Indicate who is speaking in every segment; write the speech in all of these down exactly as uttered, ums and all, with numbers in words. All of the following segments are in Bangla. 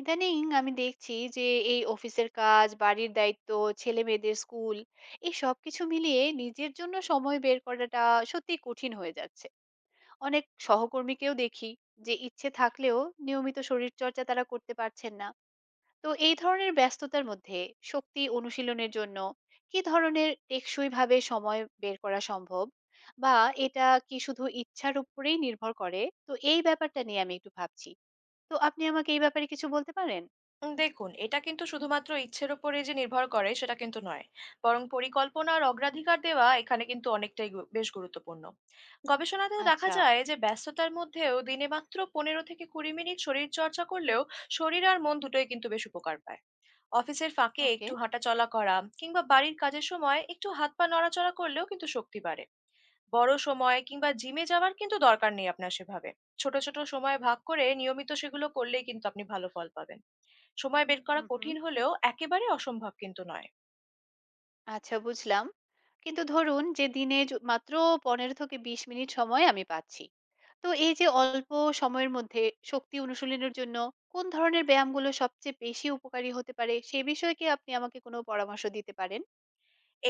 Speaker 1: ইদানিং আমি দেখছি যে এই অফিসের কাজ, বাড়ির দায়িত্ব, ছেলেমেয়েদের স্কুল, এই সবকিছু মিলিয়ে নিজের জন্য সময় বের করাটা সত্যি কঠিন হয়ে যাচ্ছে। অনেক সহকর্মীকেও দেখি যে ইচ্ছে থাকলেও নিয়মিত শরীরচর্চা তারা করতে পারছেন না। তো এই ধরনের ব্যস্ততার মধ্যে শক্তি অনুশীলনের জন্য কি ধরনের টেকসই ভাবে সময় বের করা সম্ভব? বা এটা কি শুধু ইচ্ছার উপরেই নির্ভর করে? তো এই ব্যাপারটা নিয়ে আমি একটু ভাবছি। তো আপনি আমাকে এই ব্যাপারে কিছু বলতে পারেন?
Speaker 2: উম, দেখুন এটা কিন্তু শুধুমাত্র ইচ্ছের উপরে যে নির্ভর করে সেটা কিন্তু নয়, বরং পরিকল্পনা আর অগ্রাধিকার দেওয়া এখানে কিন্তু অনেকটাই গু- বেশ গুরুত্বপূর্ণ। গবেষণাতেও দেখা
Speaker 1: আচ্ছা,
Speaker 2: যায় যে ব্যস্ততার মধ্যেও দিনে মাত্র পনেরো থেকে কুড়ি মিনিট শরীর চর্চা করলেও শরীর আর মন দুটোই কিন্তু বেশ উপকার পায়। অফিসের ফাঁকে
Speaker 1: ওকে।
Speaker 2: একটু হাঁটাচলা করা কিংবা বাড়ির কাজের সময় একটু হাত পা নড়াচড়া করলেও কিন্তু শক্তি বাড়ে। বড় সময় কিংবা জিমে যাওয়ার কিন্তু দরকার নেই আপনার সেভাবে। ছোট, ছোট সময় ভাগ করে নিয়মিত সেগুলো করলেই কিন্তু আপনি ভালো ফল পাবেন। সময় বের করা
Speaker 1: হুম, হুম।
Speaker 2: কঠিন হলেও একেবারে অসম্ভব কিন্তু নয়।
Speaker 1: আচ্ছা, বুঝলাম। কিন্তু ধরুন যে দিনে য মাত্র পনেরো থেকে বিশ মিনিট সময় আমি পাচ্ছি। তো এই যে অল্প সময়ের মধ্যে শক্তি অনুশীলনের জন্য কোন ধরনের ব্যায়ামগুলো সবচেয়ে বেশি উপকারী হতে পারে সে বিষয়ে কি আপনি আমাকে কোনো পরামর্শ দিতে পারেন?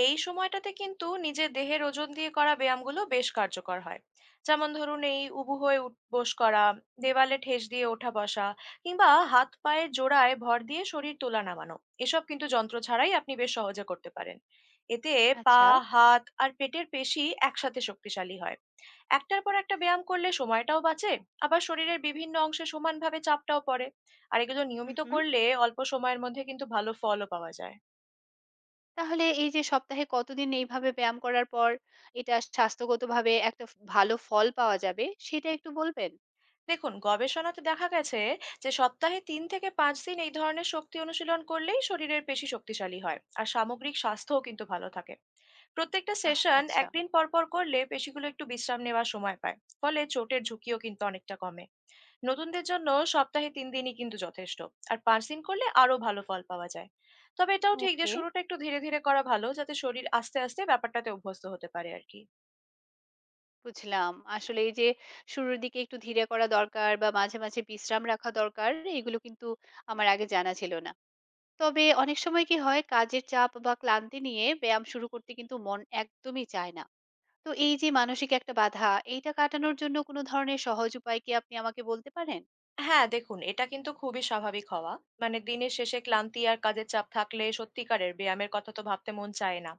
Speaker 2: এই সময়টাতে কিন্তু নিজের দেহের ওজন দিয়ে করা ব্যায়ামগুলো বেশ কার্যকর হয়। যেমন ধরুন এই উবু হয়ে উঠ- বস করা, দেওয়ালে ঠেস দিয়ে ওঠা বসা, কিংবা হাত পায়ের জোড়ায় ভর দিয়ে শরীর তোলা নামানো। এসব কিন্তু যন্ত্র ছাড়াই আপনি বেশ সহজে করতে পারেন। এতে পা,
Speaker 1: আচ্ছা।
Speaker 2: হাত আর পেটের পেশি একসাথে শক্তিশালী হয়। একটার পর একটা ব্যায়াম করলে সময়টাও বাঁচে, আবার শরীরের বিভিন্ন অংশে সমানভাবে চাপটাও পড়ে। আর এগুলো
Speaker 1: হুম,
Speaker 2: নিয়মিত
Speaker 1: হুম।
Speaker 2: করলে অল্প সময়ের মধ্যে কিন্তু ভালো ফলও পাওয়া যায়।
Speaker 1: তাহলে এই যে সপ্তাহে কতদিন এইভাবে ব্যায়াম করার পর এটা স্বাস্থ্যগতভাবে একটা ফ ভালো ফল পাওয়া যাবে সেটা একটু বলবেন?
Speaker 2: দেখুন, গবেষণাতে দেখা গেছে যে সপ্তাহে তিন থেকে পাঁচ দিন এই ধরনের শক্তি অনুশীলন করলেই শরীরের পেশি শক্তিশালী হয় আর সামগ্রিক স্বাস্থ্যও কিন্তু ভালো থাকে। প্রত্যেকটা
Speaker 1: আহ!
Speaker 2: সেশন
Speaker 1: আচ্ছা,
Speaker 2: একদিন পর পর করলে পেশিগুলো একটু বিশ্রাম নেওয়ার সময় পায়। ফলে চোটের ঝুঁকিও কিন্তু অনেকটা কমে। নতুনদের জন্য সপ্তাহে তিন দিনই কিন্তু যথেষ্ট, আর পাঁচ দিন করলে আরো ভালো ফল পাওয়া যায়। তবে এটাও ঠিক যে
Speaker 1: ওকে।
Speaker 2: শুরুটা একটু ধীরে ধীরে করা ভালো, যাতে শরীর আস্তে আস্তে ব্যাপারটাতে অভ্যস্ত হতে পারে আর কি।
Speaker 1: বুঝলাম। আসলে এই যে শুরুর দিকে একটু ধীরে করা দরকার বা মাঝে, মাঝে বিশ্রাম রাখা দরকার, এগুলো কিন্তু আমার আগে জানা ছিল না। তবে অনেক সময় কি হয়, কাজের চাপ বা ক্লান্তি নিয়ে ব্যায়াম শুরু করতে কিন্তু মন একদমই চায় না। তো এই যে মানসিক একটা বাধা, এইটা কাটানোর জন্য কোনো ধরনের সহজ উপায় কি আপনি আমাকে বলতে পারেন?
Speaker 2: হ্যাঁ, দেখুন এটা কিন্তু খুবই স্বাভাবিক হওয়া। মানে দিনের শেষে ক্লান্তি আর কাজের চাপ থাকলে সত্যিকারের ব্যায়ামের কথা তো ভাবতে মন চায় না।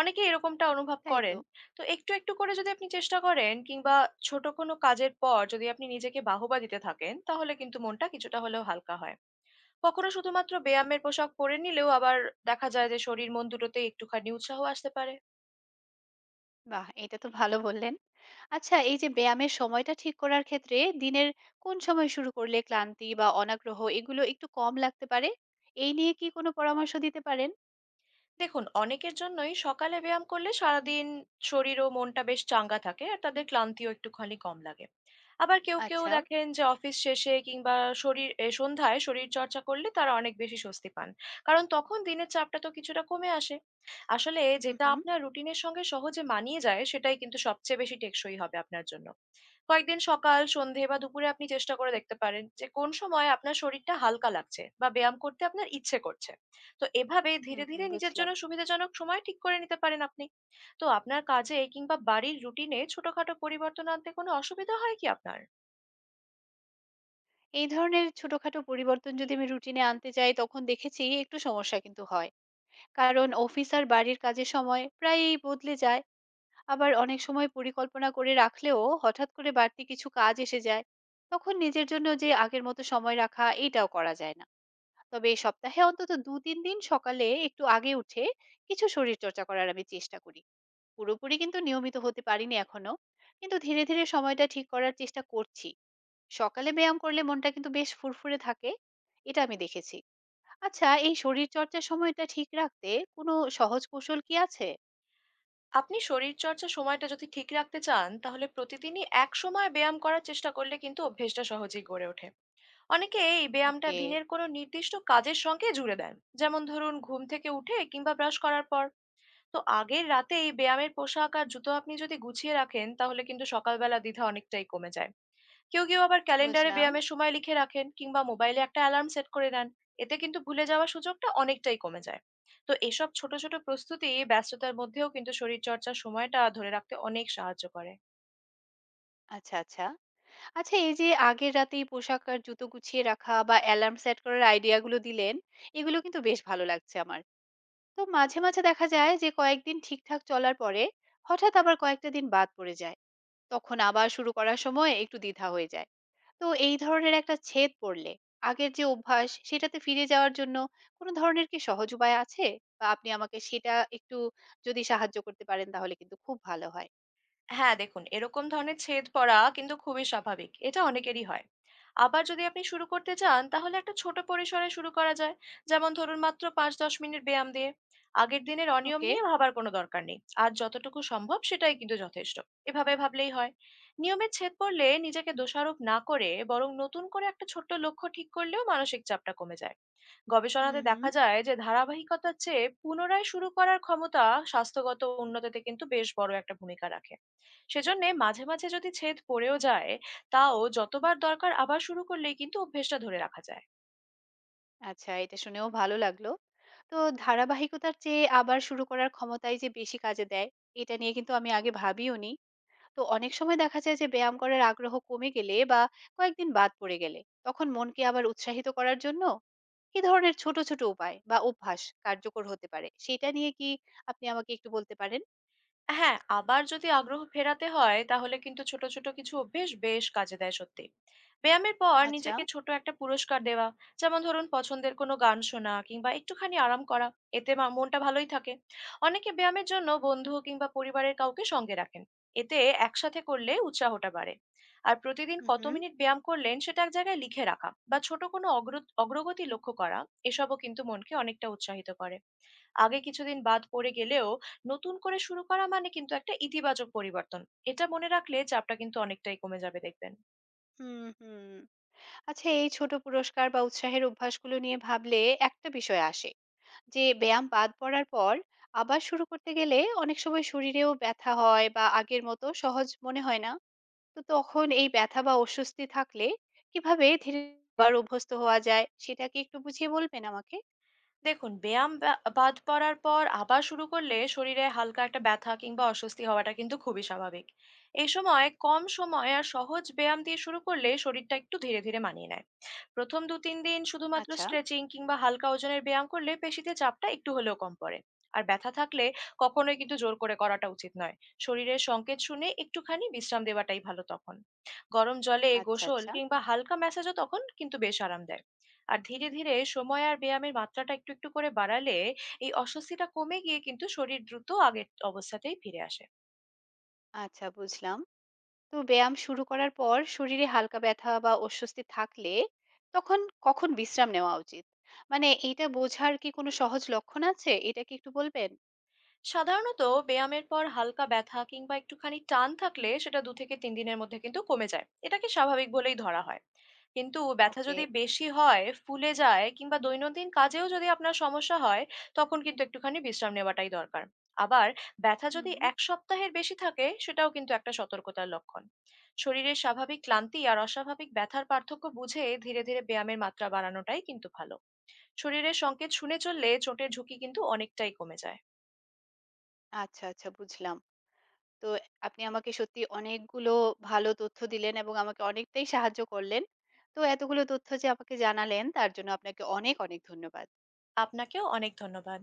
Speaker 2: অনেকেই এরকমটা অনুভব
Speaker 1: তাই তো?
Speaker 2: করেন। তো একটু, একটু করে যদি আপনি চেষ্টা করেন কিংবা ছোট কোনো কাজের পর যদি আপনি নিজেকে বাহবা দিতে থাকেন, তাহলে কিন্তু মনটা কিছুটা হলেও হালকা হয়। কখনো শুধুমাত্র ব্যায়ামের পোশাক পরে নিলেও আবার দেখা যায় যে শরীর মন দুটোতেই একটুখানি উৎসাহ আসতে পারে।
Speaker 1: বাহ! এটা তো ভালো বললেন। আচ্ছা, এই যে ব্যায়ামের সময়টা ঠিক করার ক্ষেত্রে দিনের কোন সময় শুরু করলে ক্লান্তি বা অনাগ্রহ এগুলো একটু কম লাগতে পারে? এই নিয়ে কি কোনো পরামর্শ দিতে পারেন?
Speaker 2: দেখুন, অনেকের জন্যই সকালে ব্যায়াম করলে সারাদিন শরীর ও মনটা বেশ চাঙ্গা থাকে আর তাদের ক্লান্তিও একটুখানি কম লাগে। আবার কেউ কেউ
Speaker 1: আচ্ছা।
Speaker 2: দেখেন যে অফিস শেষে কিংবা শরীর এ, সন্ধ্যায় শরীর চর্চা করলে তারা অনেক বেশি স্বস্তি পান, কারণ তখন দিনের চাপটা তো কিছুটা কমে আসে। আসলে
Speaker 1: হু,
Speaker 2: যেটা
Speaker 1: হু।
Speaker 2: আপনার রুটিনের সঙ্গে সহজে মানিয়ে যায় সেটাই কিন্তু সবচেয়ে বেশি টেকসই হবে আপনার জন্য। কয়েকদিন সকাল সন্ধে বা দুপুরে আপনি চেষ্টা করে দেখতে পারেন যে কোন সময় আপনার শরীরটা হালকা লাগছে বা ব্যায়াম করতে আপনার ইচ্ছে করছে। তো এভাবে
Speaker 1: হুম,
Speaker 2: ধীরে
Speaker 1: হুম,
Speaker 2: ধীরে নিজের
Speaker 1: বুঝলাম।
Speaker 2: জন্য সুবিধাজনক সময় ঠিক করে নিতে পারেন আপনি। তো আপনার কাজে কিংবা বাড়ির রুটিনে ছোটখাটো পরিবর্তন আনতে কোনো অসুবিধা হয় কি আপনার?
Speaker 1: এই ধরনের ছোটখাটো পরিবর্তন যদি আমি রুটিনে আনতে চাই তখন দেখেছি একটু সমস্যা কিন্তু হয়। কারণ অফিস আর বাড়ির কাজের সময় প্রায়ই বদলে যায়। আবার অনেক সময় পরিকল্পনা করে রাখলেও হঠাৎ করে বাড়তি কিছু কাজ এসে যায়। তখন নিজের জন্য যে আগের মতো সময় রাখা এটাও করা যায় না। তবে এই সপ্তাহে অন্তত দুই তিন দিন সকালে একটু আগে উঠে কিছু শরীরচর্চা করার আমি চেষ্টা করি। পুরোপুরি কিন্তু নিয়মিত হতে পারিনি এখনো। কিন্তু ধীরে, ধীরে সময়টা ঠিক করার চেষ্টা করছি। সকালে ব্যায়াম করলে মনটা কিন্তু বেশ ফুরফুরে থাকে, এটা আমি দেখেছি। আচ্ছা, এই শরীর চর্চার সময়টা ঠিক রাখতে কোনো সহজ কৌশল কি আছে?
Speaker 2: আপনি শরীর চর্চা সময়টা যদি ঠিক রাখতে চান, তাহলে প্রতিদিনই এক সময় ব্যায়াম করার চেষ্টা করলে কিন্তু অভ্যেসটা সহজেই গড়ে ওঠে। অনেকে এই ব্যায়ামটা
Speaker 1: ওকে।
Speaker 2: দিনের কোনো নির্দিষ্ট কাজের সঙ্গে জুড়ে দেন, যেমন ধরুন ঘুম থেকে উঠে কিংবা ব্রাশ করার পর। তো আগের রাতে এই ব্যায়ামের পোশাক আর জুতো আপনি যদি গুছিয়ে রাখেন, তাহলে কিন্তু সকালবেলা দ্বিধা অনেকটাই কমে যায়। কেউ, কেউ আবার ক্যালেন্ডারে
Speaker 1: বুঝলাম।
Speaker 2: ব্যায়ামের সময় লিখে রাখেন কিংবা মোবাইলে একটা অ্যালার্ম সেট করে নেন। এতে কিন্তু ভুলে যাওয়ার সুযোগটা অনেকটাই কমে যায়। তো এসব ছোট, ছোট প্রস্তুতি ব্যস্ততার মধ্যেও কিন্তু শরীরচর্চার সময়টা ধরে রাখতে অনেক সাহায্য করে।
Speaker 1: আচ্ছা, আচ্ছা। আচ্ছা, এই যে আগের রাতেই পোশাক আর জুতো গুছিয়ে রাখা বা অ্যালার্ম সেট করার আইডিয়াগুলো দিলেন, এগুলো কিন্তু বেশ ভালো লাগছে আমার। তো মাঝে মাঝে দেখা যায় যে কয়েকদিন ঠিকঠাক চলার পরে হঠাৎ আবার কয়েকটা দিন বাদ পড়ে যায়। তখন আবার শুরু করার সময় একটু দ্বিধা হয়ে যায়। তো এই ধরনের একটা ছেদ পড়লে আগের যে অভ্যাস সেটাতে ফিরে যাওয়ার জন্য কোনো ধরনের কি সহজ উপায় আছে? বা আপনি আমাকে সেটা একটু যদি সাহায্য করতে পারেন তাহলে কিন্তু খুব ভালো হয়।
Speaker 2: হ্যাঁ, দেখুন এরকম ধরনের ছেদ পড়া কিন্তু খুবই স্বাভাবিক। এটা অনেকেরই হয়। আবার যদি আপনি শুরু করতে চান, তাহলে একটা ছোট পরিসরে শুরু করা যায়। যেমন ধরুন মাত্র পাঁচ থেকে দশ মিনিট ব্যায়াম দিয়ে। আগের দিনের অনিয়ম
Speaker 1: ওকে।
Speaker 2: নিয়ে ভাবার কোনো দরকার নেই। আর যতটুকু সম্ভব সেটাই কিন্তু যথেষ্ট। এভাবে ভাবলেই হয়। নিয়মের ছেদ পড়লে নিজেকে দোষারোপ না করে বরং নতুন করে একটা ছোট্ট লক্ষ্য ঠিক করলেও মানসিক চাপটা কমে যায়।
Speaker 1: হুম,
Speaker 2: গবেষণাতে
Speaker 1: হুম।
Speaker 2: দেখা যায় যে ধারাবাহিকতার চেয়ে পুনরায় শুরু করার ক্ষমতা স্বাস্থ্যগত উন্নতিতে কিন্তু বেশ বড় একটা ভূমিকা রাখে। সেজন্য মাঝে মাঝে যদি ছেদ পড়েও যায়, তাও যতবার দরকার আবার শুরু করলেই কিন্তু অভ্যেসটা ধরে রাখা যায়।
Speaker 1: আচ্ছা, এটা শুনেও ভালো লাগলো। তো ধারাবাহিকতার চেয়ে আবার শুরু করার ক্ষমতাই যে বেশি কাজে দেয়, এটা নিয়ে কিন্তু আমি আগে ভাবিওনি। তো অনেক সময় দেখা যায় যে ব্যায়াম করার আগ্রহ কমে গেলে বা কয়েকদিন বাদ পড়ে গেলে তখন মনকে আবার উৎসাহিত করার জন্য কি ধরনের ছোট, ছোট উপায় বা অভ্যাস কার্যকর হতে পারে? সেটা নিয়ে কি আপনি আমাকে একটু বলতে পারেন?
Speaker 2: হ্যাঁ, আবার যদি আগ্রহ ফেরাতে হয়, তাহলে কিন্তু ছোট, ছোট কিছু অভ্যেস বেশ কাজে দেয় সত্যি। ব্যায়ামের পর
Speaker 1: আচ্ছা।
Speaker 2: নিজেকে ছোট একটা পুরস্কার দেওয়া। যেমন ধরুন পছন্দের কোনো গান শোনা কিংবা একটুখানি আরাম করা। এতে মা মনটা ভালোই থাকে। অনেকে ব্যায়ামের জন্য বন্ধু কিংবা পরিবারের কাউকে সঙ্গে রাখেন। এতে একসাথে করলে উৎসাহটা বাড়ে। আর প্রতিদিন
Speaker 1: হু,
Speaker 2: কত
Speaker 1: হু।
Speaker 2: মিনিট ব্যায়াম করলেন সেটা এক জায়গায় লিখে রাখা বা ছোট কোনো অগ্র অগ্রগতি লক্ষ্য করা, এসবও কিন্তু মনকে অনেকটা উৎসাহিত করে। আগে কিছুদিন বাদ পড়ে গেলেও নতুন করে শুরু করা মানে কিন্তু একটা ইতিবাচক পরিবর্তন। এটা মনে রাখলে চাপটা কিন্তু অনেকটাই কমে যাবে দেখবেন।
Speaker 1: হুম, হুম। আচ্ছা, এই ছোট পুরস্কার বা উৎসাহের অভ্যাসগুলো নিয়ে ভাবলে একটা বিষয় আসে যে ব্যায়াম বাদ পড়ার পর আবার শুরু করতে গেলে অনেক সময় শরীরেও ব্যথা হয় বা আগের মতো সহজ মনে হয় না। তো তখন এই ব্যথা বা অস্বস্তি থাকলে কিভাবে ধীরে আবার অভ্যস্ত হওয়া যায় সেটা কি একটু বুঝিয়ে বলবেন আমাকে?
Speaker 2: দেখুন, ব্যায়াম বা- বাদ পড়ার পর আবার শুরু করলে শরীরে হালকা একটা ব্যথা কিংবা অস্বস্তি হওয়াটা কিন্তু খুবই স্বাভাবিক। এই সময় কম সময় আর সহজ ব্যায়াম দিয়ে শুরু করলে শরীরটা একটু ধীরে ধীরে মানিয়ে নেয়। প্রথম দু তিন দিন শুধুমাত্র
Speaker 1: আচ্ছা,
Speaker 2: স্ট্রেচিং কিংবা হালকা ওজনের ব্যায়াম করলে পেশিতে চাপটা একটু হলেও কম পড়ে। আর ব্যথা থাকলে কখনোই কিন্তু জোর করে করাটা উচিত নয়। শরীরের সংকেত শুনে একটুখানি বিশ্রাম দেওয়াটাই ভালো তখন। গরম জলে
Speaker 1: আচ্ছা,
Speaker 2: গোসল
Speaker 1: আচ্ছা,
Speaker 2: কিংবা হালকা ম্যাসাজও তখন কিন্তু বেশ আরাম দেয়। আর ধীরে ধীরে সময় আর ব্যায়ামের মাত্রাটা একটু একটু করে বাড়ালে এই অস্বস্তিটা কমে গিয়ে কিন্তু শরীর দ্রুত আগের অবস্থাতেই ফিরে আসে।
Speaker 1: আচ্ছা, বুঝলাম। তো ব্যায়াম শুরু করার পর শরীরে হালকা ব্যথা বা অস্বস্তি থাকলে তখন কখন বিশ্রাম নেওয়া উচিত? মানে এইটা বোঝার কি কোনো সহজ লক্ষণ আছে? এটা কি একটু বলবেন?
Speaker 2: সাধারণত ব্যায়ামের পর হালকা ব্যথা কিংবা একটুখানি টান থাকলে সেটা দু থেকে তিন দিনের মধ্যে কিন্তু কমে যায়, এটাকে স্বাভাবিক বলেই ধরা হয়। কিন্তু ব্যথা
Speaker 1: ওকে।
Speaker 2: যদি বেশি হয়, ফুলে যায় কিংবা দৈনন্দিন কাজেও যদি আপনার সমস্যা হয়, তখন কিন্তু একটুখানি বিশ্রাম নেওয়াটাই দরকার। আবার ব্যথা
Speaker 1: হুম।
Speaker 2: যদি এক সপ্তাহের বেশি থাকে, সেটাও কিন্তু একটা সতর্কতার লক্ষণ। শরীরের স্বাভাবিক ক্লান্তি আর অস্বাভাবিক ব্যথার পার্থক্য বুঝে ধীরে ধীরে ব্যায়ামের মাত্রা বাড়ানোটাই কিন্তু ভালো। শরীরের সংকেত শুনে চললে চোটের ঝুঁকি কিন্তু অনেকটাই কমে যায়।
Speaker 1: আচ্ছা, আচ্ছা, বুঝলাম। তো আপনি আমাকে সত্যি অনেকগুলো ভালো তথ্য দিলেন এবং আমাকে অনেকটাই সাহায্য করলেন। তো এতগুলো তথ্য যে আমাকে জানালেন তার জন্য আপনাকে অনেক, অনেক ধন্যবাদ।
Speaker 2: আপনাকেও অনেক ধন্যবাদ।